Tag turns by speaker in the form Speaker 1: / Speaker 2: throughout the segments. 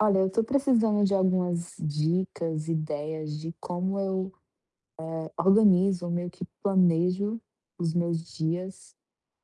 Speaker 1: Olha, eu estou precisando de algumas dicas, ideias de como eu, organizo, meio que planejo os meus dias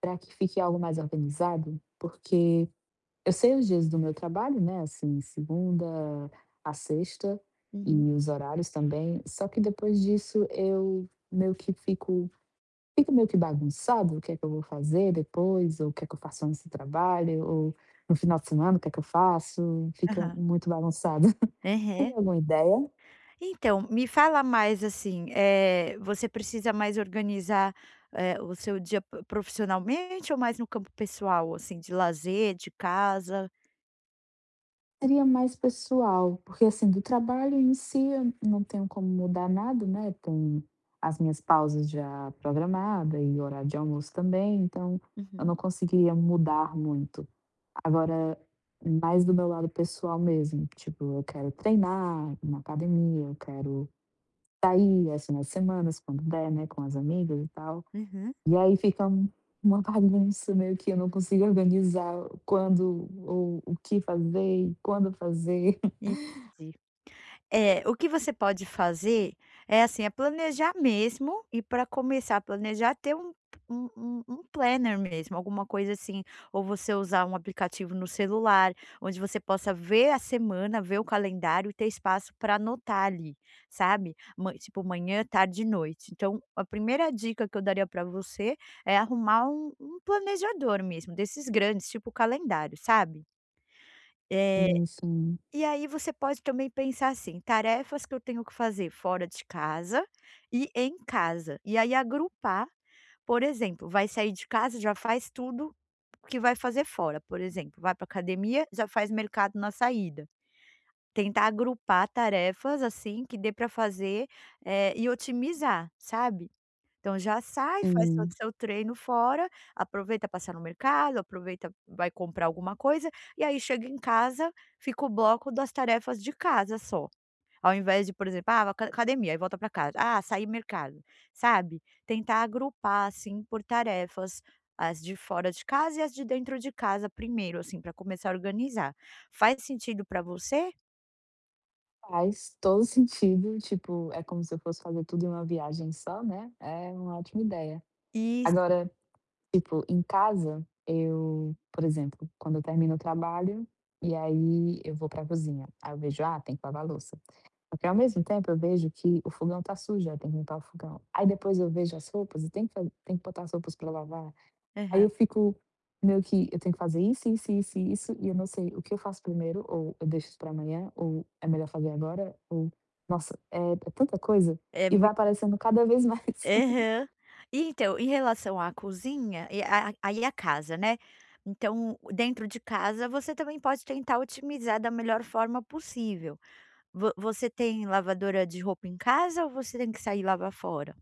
Speaker 1: para que fique algo mais organizado, porque eu sei os dias do meu trabalho, né, assim, segunda a sexta
Speaker 2: Uhum.
Speaker 1: e os horários também, só que depois disso eu meio que fico meio que bagunçado o que é que eu vou fazer depois, ou o que é que eu faço antes trabalho, ou no final de semana o que é que eu faço, fica
Speaker 2: Aham.
Speaker 1: muito bagunçado.
Speaker 2: Aham.
Speaker 1: Teria alguma ideia?
Speaker 2: Então, me fala mais assim, você precisa mais organizar, o seu dia profissionalmente ou mais no campo pessoal, assim, de lazer, de casa?
Speaker 1: Seria mais pessoal, porque assim, do trabalho em si eu não tenho como mudar nada, né, tem as minhas pausas já programada e horário de almoço também, então eu
Speaker 2: Uhum.
Speaker 1: não conseguiria mudar muito. Agora, mais do meu lado pessoal mesmo, tipo, eu quero treinar, na academia, eu quero sair, assim, nas semanas, quando der, né, com as amigas e tal.
Speaker 2: Uhum.
Speaker 1: E aí fica uma bagunça, meio que eu não consigo organizar quando ou o que fazer e quando fazer.
Speaker 2: Entendi. É, o que você pode fazer é assim, é planejar mesmo e para começar a planejar ter um planner mesmo, alguma coisa assim, ou você usar um aplicativo no celular, onde você possa ver a semana, ver o calendário e ter espaço para anotar ali, sabe. Ma tipo manhã, tarde e noite. Então, a primeira dica que eu daria para você é arrumar um planejador mesmo, desses grandes, tipo calendário, sabe. Eh
Speaker 1: Enfim,
Speaker 2: e aí você pode também pensar assim: tarefas que eu tenho que fazer fora de casa e em casa. E aí agrupar, por exemplo, vai sair de casa, já faz tudo que vai fazer fora. Por exemplo, vai para academia, já faz mercado na saída. Tentar agrupar tarefas assim que dê para fazer e otimizar, sabe? Então já sai, faz seu
Speaker 1: sim,
Speaker 2: seu treino fora, aproveita passar no mercado, aproveita, vai comprar alguma coisa, e aí chega em casa, fica o bloco das tarefas de casa só. Ao invés de, por exemplo, ah, academia, aí volta para casa, ah, sair mercado, sabe? Tentar agrupar, assim, por tarefas, as de fora de casa e as de dentro de casa primeiro, assim, para começar a organizar. Faz sentido para você?
Speaker 1: faz todo sentido, tipo, é como se eu fosse fazer tudo em uma viagem só, né, é uma ótima ideia.
Speaker 2: Isso.
Speaker 1: Agora, tipo, em casa, eu, por exemplo, quando eu termino o trabalho, e aí eu vou pra cozinha, aí eu vejo: "Ah, tem que lavar a louça". Porque ao mesmo tempo eu vejo que o fogão tá sujo, aí tem que limpar o fogão. Aí depois eu vejo as roupas e tem que botar as roupas pra lavar. Aí
Speaker 2: Aham.
Speaker 1: eu fico meio que eu tenho que fazer isso, isso, isso e isso, e eu não sei o que eu faço primeiro, ou eu deixo isso pra amanhã, ou é melhor fazer agora, ou nossa, é tanta coisa,
Speaker 2: É
Speaker 1: e vai
Speaker 2: muito.
Speaker 1: aparecendo cada vez mais.
Speaker 2: Aham. Então, em relação à cozinha e a casa, né. Então, dentro de casa, você também pode tentar otimizar da melhor forma possível. Vo Você tem lavadora de roupa em casa ou você tem que sair e lavar fora?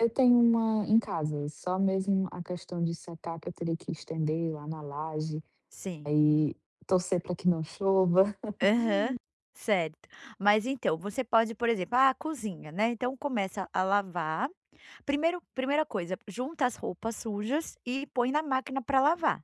Speaker 1: Eu tenho uma em casa, só mesmo a questão de secar que eu teria que estender lá na laje,
Speaker 2: Sim.
Speaker 1: aí torcer pra que não chova.
Speaker 2: Aham. Certo. Mas então, você pode, por exemplo, ah, a cozinha, né, então começa a lavar. Primeiro Primeira coisa, junta as roupas sujas e põe na máquina para lavar.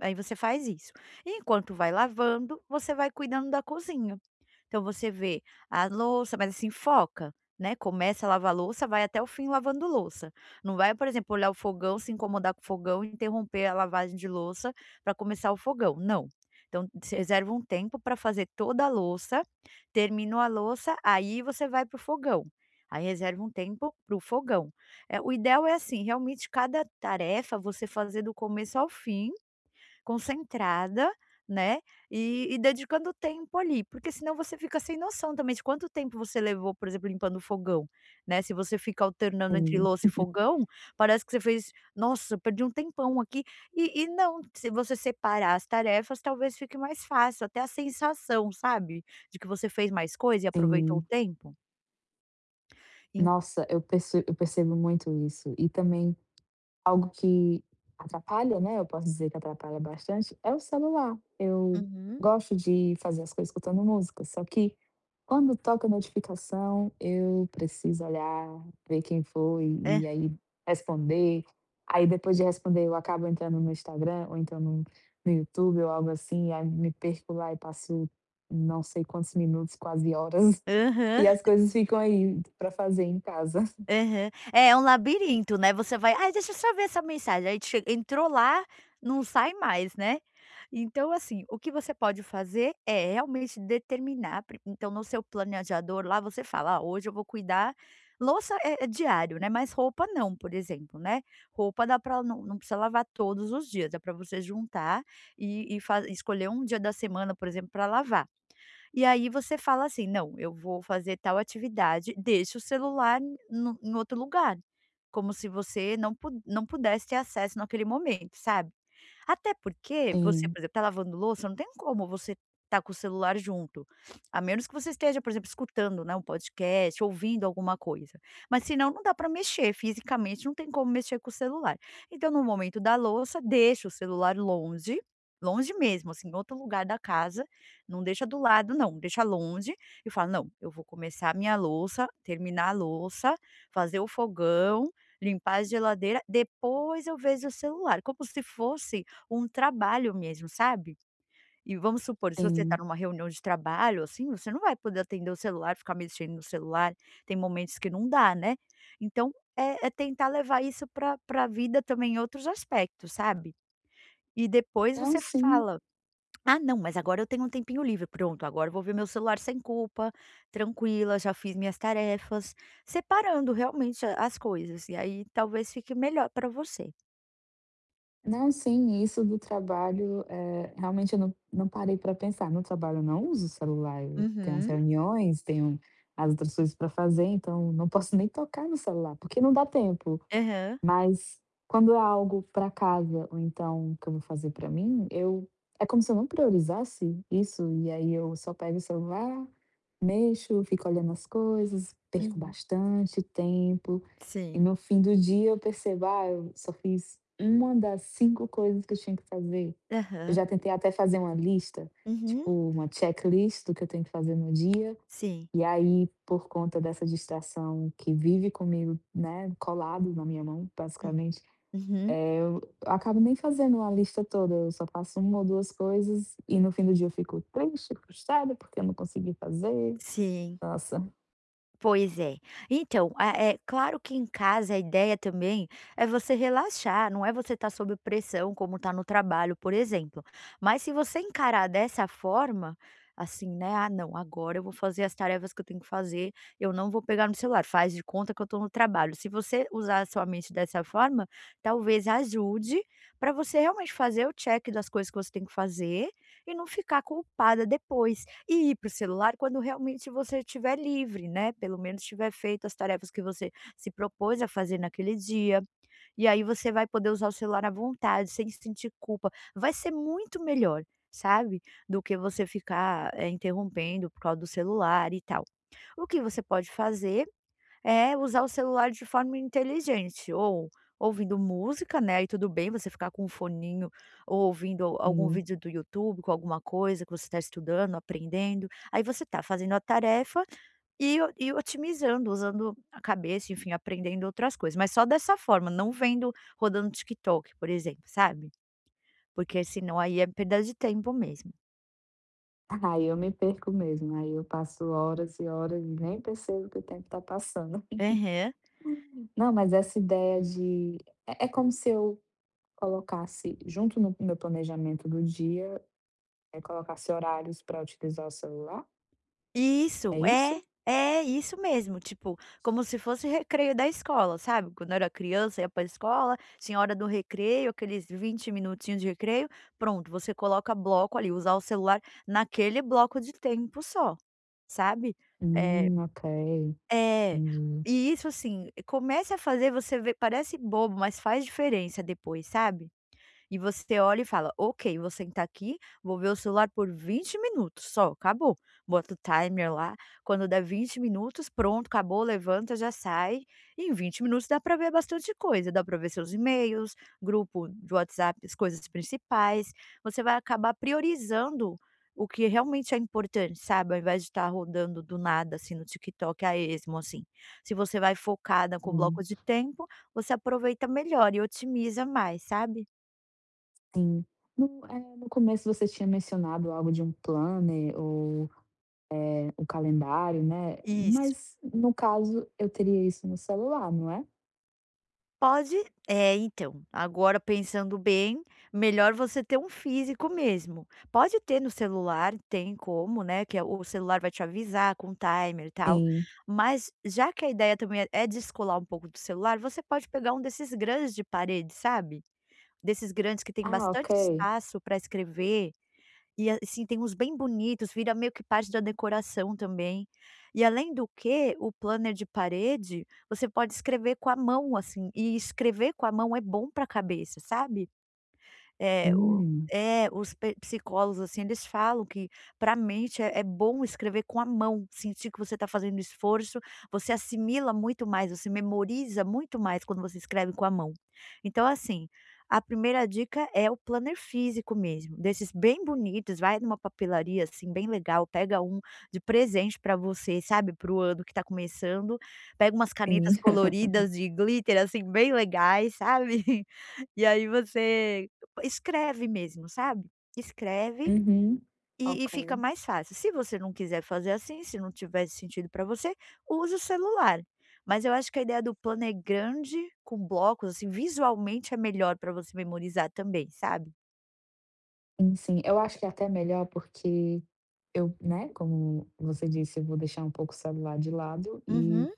Speaker 2: Aí você faz isso. Enquanto vai lavando, você vai cuidando da cozinha. Então você vê a louça, mas assim foca, né, começa a lavar a louça, vai até o fim lavando louça. Não vai, por exemplo, olhar o fogão, se incomodar com o fogão e interromper a lavagem de louça para começar o fogão, não. Então você reserva um tempo para fazer toda a louça, terminou a louça, aí você vai para o fogão. Aí reserva um tempo para o fogão. O ideal é assim, realmente cada tarefa você fazer do começo ao fim, concentrada, né, e dedicando tempo ali, porque senão você fica sem noção também de quanto tempo você levou, por exemplo, limpando o fogão, né, se você fica alternando entre
Speaker 1: Sim,
Speaker 2: louça e fogão, parece que você fez: "Nossa, perdi um tempão aqui", e não, se você separar as tarefas, talvez fique mais fácil, até a sensação, sabe, de que você fez mais coisa e aproveitou o
Speaker 1: sim.
Speaker 2: tempo. En
Speaker 1: Nossa, eu percebo muito isso. E também algo que atrapalha, né, eu posso dizer que atrapalha bastante, é o celular. Eu
Speaker 2: Uhum.
Speaker 1: gosto de fazer as coisas escutando música, só que quando toca notificação, eu preciso olhar, ver quem foi
Speaker 2: É.
Speaker 1: e aí responder. Aí depois de responder, eu acabo entrando no Instagram ou então no YouTube ou algo assim, aí me perco lá e passo não sei quantos minutos, quase horas, e
Speaker 2: Aham.
Speaker 1: as coisas ficam aí para fazer em casa.
Speaker 2: Aham. É, é um labirinto, né, você vai: "Ai, deixa eu só ver essa mensagem", aí che entrou lá, não sai mais, né. Então assim, o que você pode fazer é realmente determinar pri então no seu planejador lá você fala: "Ó, hoje eu vou cuidar". Louça é diário, né, mas roupa não, por exemplo, né. Roupa dá pra não precisa lavar todos os dias, dá pra você juntar e fa escolher um dia da semana, por exemplo, para lavar. E aí você fala assim: "Não, eu vou fazer tal atividade", deixa o celular no em outro lugar, como se você não pudesse ter acesso naquele momento, sabe? Até porque você,
Speaker 1: Sim,
Speaker 2: por exemplo, tá lavando louça, não tem como você tá com o celular junto, a menos que você esteja, por exemplo, escutando, né, um podcast, ouvindo alguma coisa, mas senão não dá para mexer fisicamente, não tem como mexer com o celular. Então no momento da louça, deixa o celular longe, longe mesmo, assim, em outro lugar da casa, não deixa do lado não, deixa longe e fala: "Não, eu vou começar a minha louça, terminar a louça, fazer o fogão, limpar a geladeira, depois eu vejo o celular", como se fosse um trabalho mesmo, sabe. E vamos supor, se você está
Speaker 1: sim.
Speaker 2: numa reunião de trabalho, assim, você não vai poder atender o celular, ficar mexendo no celular, tem momentos que não dá, né. Então, é tentar levar isso para a vida também em outros aspectos, sabe. E depois
Speaker 1: Não,
Speaker 2: você
Speaker 1: sim.
Speaker 2: fala: "Ah não, mas agora eu tenho um tempinho livre, pronto, agora eu vou ver meu celular sem culpa, tranquila, já fiz minhas tarefas", separando realmente a as coisas, e aí talvez fique melhor para você.
Speaker 1: Não, sim, isso do trabalho, é realmente eu não parei para pensar. No trabalho eu não uso o celular, eu tenho as
Speaker 2: Uhum.
Speaker 1: reuniões, tenho as outras coisas para fazer, então não posso nem tocar no celular, porque não dá tempo.
Speaker 2: Aham.
Speaker 1: Mas quando é algo para casa ou então que eu vou fazer para mim, eu é como se eu não priorizasse isso, e aí eu só pego o celular, mexo, fico olhando as coisas, perco
Speaker 2: Uhum.
Speaker 1: bastante tempo. E
Speaker 2: Sim.
Speaker 1: no fim do dia eu percebo: "Ah, eu só fiz uma das 5 coisas que eu tinha que fazer". Eu
Speaker 2: Aham.
Speaker 1: já tentei até fazer uma lista,
Speaker 2: Uhum,
Speaker 1: tipo uma checklist do que eu tenho que fazer no dia,
Speaker 2: sim.
Speaker 1: e aí por conta dessa distração que vive comigo, né, colado na minha mão
Speaker 2: Hum,
Speaker 1: basicamente,
Speaker 2: uhum,
Speaker 1: eu acabo nem fazendo uma lista toda, eu só faço uma ou 2 coisas e no fim do dia eu fico triste, frustrada, porque eu não consegui fazer.
Speaker 2: sim.
Speaker 1: Nossa,
Speaker 2: Pois é. Então, ah, é claro que em casa a ideia também é você relaxar, não é você estar sob pressão como está no trabalho, por exemplo. Mas se você encarar dessa forma, assim, né: "Ah não, agora eu vou fazer as tarefas que eu tenho que fazer, eu não vou pegar no celular", faz de conta que eu estou no trabalho. Se você usar a sua mente dessa forma, talvez ajude para você realmente fazer o check das coisas que você tem que fazer. E não ficar culpada depois, e ir para o celular quando realmente você estiver livre, né, pelo menos tiver feito as tarefas que você se propôs a fazer naquele dia, e aí você vai poder usar o celular à vontade, sem sentir culpa. Vai ser muito melhor, sabe, do que você ficar, interrompendo por causa do celular e tal. O que você pode fazer é usar o celular de forma inteligente, ou ouvindo música, né, aí tudo bem você ficar com um foninho ou ouvindo algum
Speaker 1: sim.
Speaker 2: vídeo do YouTube com alguma coisa que você está estudando, aprendendo, aí você está fazendo a tarefa e otimizando, usando a cabeça, enfim, aprendendo outras coisas, mas só dessa forma, não vendo, rodando TikTok, por exemplo, sabe, porque senão aí é perda de tempo mesmo.
Speaker 1: Aí eu me perco mesmo, aí eu passo horas e horas e nem percebo que o tempo está passando.
Speaker 2: Aham.
Speaker 1: Não, mas essa ideia de é como se eu colocasse junto no meu planejamento do dia, colocasse horários para utilizar o celular, é
Speaker 2: Isso, é,
Speaker 1: isso?
Speaker 2: é isso mesmo, tipo, como se fosse recreio da escola, sabe, quando eu era criança, ia pra escola, tinha hora do recreio, aqueles 20 minutinhos de recreio, pronto, você coloca bloco ali, usar o celular naquele bloco de tempo só, sabe. é
Speaker 1: Ok,
Speaker 2: é,
Speaker 1: entendi.
Speaker 2: e isso, assim, comece a fazer, você vê, parece bobo, mas faz diferença depois, sabe. E você olha e fala: "Ok, vou sentar aqui, vou ver o celular por 20 minutos só, acabou". Bota o timer lá, quando dá 20 minutos, pronto, acabou, levanta, já sai. E em 20 minutos dá para ver bastante coisa, dá para ver seus e-mails, grupo de WhatsApp, as coisas principais. Você vai acabar priorizando o que realmente é importante, sabe, ao invés de estar rodando do nada, assim, no TikTok a esmo, assim. Se você vai focada com o bloco
Speaker 1: Sim,
Speaker 2: de tempo, você aproveita melhor e otimiza mais, sabe?
Speaker 1: sim. No no começo você tinha mencionado algo de um planner ou, o calendário, né,
Speaker 2: Isso.
Speaker 1: mas no caso eu teria isso no celular, não é?
Speaker 2: Pode É, então, agora pensando bem, melhor você ter um físico mesmo. Pode ter no celular, tem como, né, que é, o celular vai te avisar com timer e tal,
Speaker 1: Sim.
Speaker 2: mas já que a ideia também é descolar um pouco do celular, você pode pegar um desses grandes de parede, sabe? Desses grandes que tem
Speaker 1: Ah, ok.
Speaker 2: bastante espaço para escrever. E assim, tem uns bem bonitos, vira meio que parte da decoração também. E além do que, o planner de parede, você pode escrever com a mão, assim, e escrever com a mão é bom para a cabeça, sabe? É, o
Speaker 1: Hum,
Speaker 2: é, os pe psicólogos, assim, eles falam que para a mente é bom escrever com a mão, sentir que você está fazendo esforço, você assimila muito mais, você memoriza muito mais quando você escreve com a mão. Então, assim, a primeira dica é o planner físico mesmo, desses bem bonitos, vai numa papelaria, assim, bem legal, pega um de presente para você, sabe, para o ano que está começando, pega umas
Speaker 1: sim.
Speaker 2: canetas coloridas de glitter, assim, bem legais, sabe. E aí você escreve mesmo, sabe? Escreve
Speaker 1: Uhum.
Speaker 2: e
Speaker 1: Ok.
Speaker 2: fica mais fácil. Se você não quiser fazer assim, se não tiver sentido para você, usa o celular. Mas eu acho que a ideia do plano é grande, com blocos, assim, visualmente é melhor para você memorizar também, sabe?
Speaker 1: Sim, sim. Eu acho que é até melhor porque eu, né, como você disse, eu vou deixar um pouco o celular de lado e
Speaker 2: Uhum.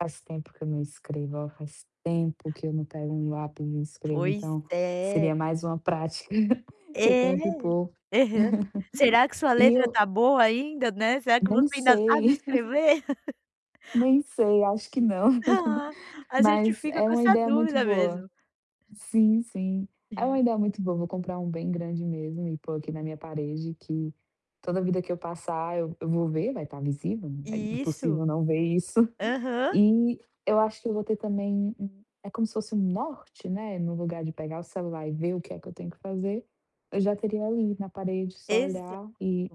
Speaker 1: faz tempo que eu não escrevo, ó, faz tempo que eu não pego um lápis e escrevo,
Speaker 2: Pois
Speaker 1: então
Speaker 2: é.
Speaker 1: seria mais uma prática que eu
Speaker 2: É.
Speaker 1: tenho que pôr.
Speaker 2: Aham. Será que sua
Speaker 1: E
Speaker 2: letra
Speaker 1: eu
Speaker 2: tá boa ainda, né? Será que você
Speaker 1: nem
Speaker 2: ainda sabe
Speaker 1: sei,
Speaker 2: escrever?
Speaker 1: nem sei, acho que não,
Speaker 2: Ah, a gente
Speaker 1: mas
Speaker 2: fica
Speaker 1: é
Speaker 2: com
Speaker 1: uma
Speaker 2: essa
Speaker 1: ideia muito
Speaker 2: dúvida
Speaker 1: boa.
Speaker 2: mesmo.
Speaker 1: Sim, sim. É uma ideia muito boa, vou comprar um bem grande mesmo e pôr aqui na minha parede que toda vida que eu passar eu vou ver, vai estar visível, é
Speaker 2: Isso.
Speaker 1: impossível não ver isso.
Speaker 2: Aham.
Speaker 1: E eu acho que eu vou ter também um é como se fosse um norte, né, no lugar de pegar o celular e ver o que é que eu tenho que fazer, eu já teria ali na parede, só
Speaker 2: Exa
Speaker 1: olhar e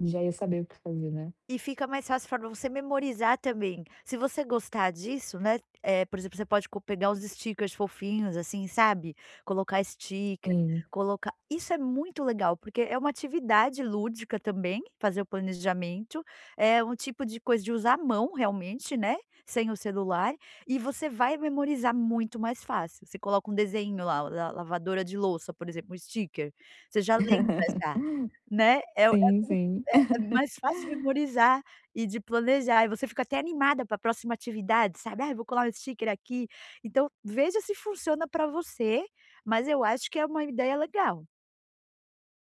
Speaker 1: já ia saber o que fazer, né.
Speaker 2: E fica mais fácil para você memorizar também. Se você gostar disso, né, é por exemplo, você pode co pegar uns stickers fofinhos, assim, sabe, colocar sticker,
Speaker 1: Sim.
Speaker 2: colocar isso é muito legal, porque é uma atividade lúdica também, fazer o planejamento, é um tipo de coisa de usar a mão realmente, né, sem o celular, e você vai memorizar muito mais fácil. Você coloca um desenho lá, da lavadora de louça, por exemplo, um sticker, você já lembra já, né, é é
Speaker 1: Sim, sim.
Speaker 2: é mais fácil de memorizar e de planejar, e você fica até animada para a próxima atividade, sabe: "Ai, vou colar um sticker aqui". Então, veja se funciona para você, mas eu acho que é uma ideia legal.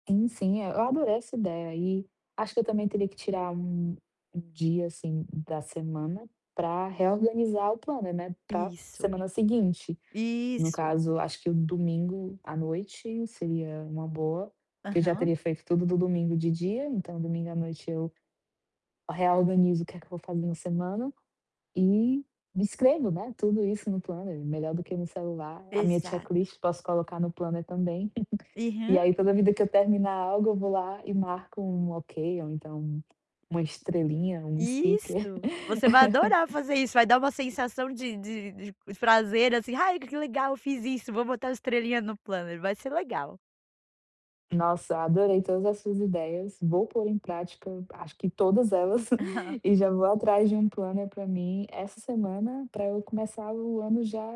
Speaker 1: Sim, sim, eu adorei essa ideia e acho que eu também teria que tirar um dia, assim, da semana para reorganizar o plano né, para
Speaker 2: Isso,
Speaker 1: semana seguinte. No
Speaker 2: isso.
Speaker 1: caso, acho que o domingo à noite seria uma boa, porque eu já
Speaker 2: Aham.
Speaker 1: teria feito tudo do domingo de dia, então domingo à noite eu reorganizo o que é que eu vou fazer na semana e escrevo, né, tudo isso no planner, melhor do que no celular. A minha
Speaker 2: Exato.
Speaker 1: checklist posso colocar no planner também. E
Speaker 2: Aham.
Speaker 1: aí toda vida que eu terminar algo, eu vou lá e marco um ok ou então uma estrelinha, um sticker.
Speaker 2: Isso. Você vai adorar fazer isso, vai dar uma sensação de prazer, assim: "Ai, que legal, eu fiz isso, vou botar estrelinha no planner", vai ser legal.
Speaker 1: Nossa, adorei todas as suas ideias, vou pôr em prática, acho que todas elas, e já vou atrás de um planner para mim essa semana, para eu começar o ano já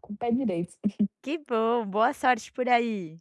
Speaker 1: com o pé direito.
Speaker 2: Que bom, boa sorte por aí.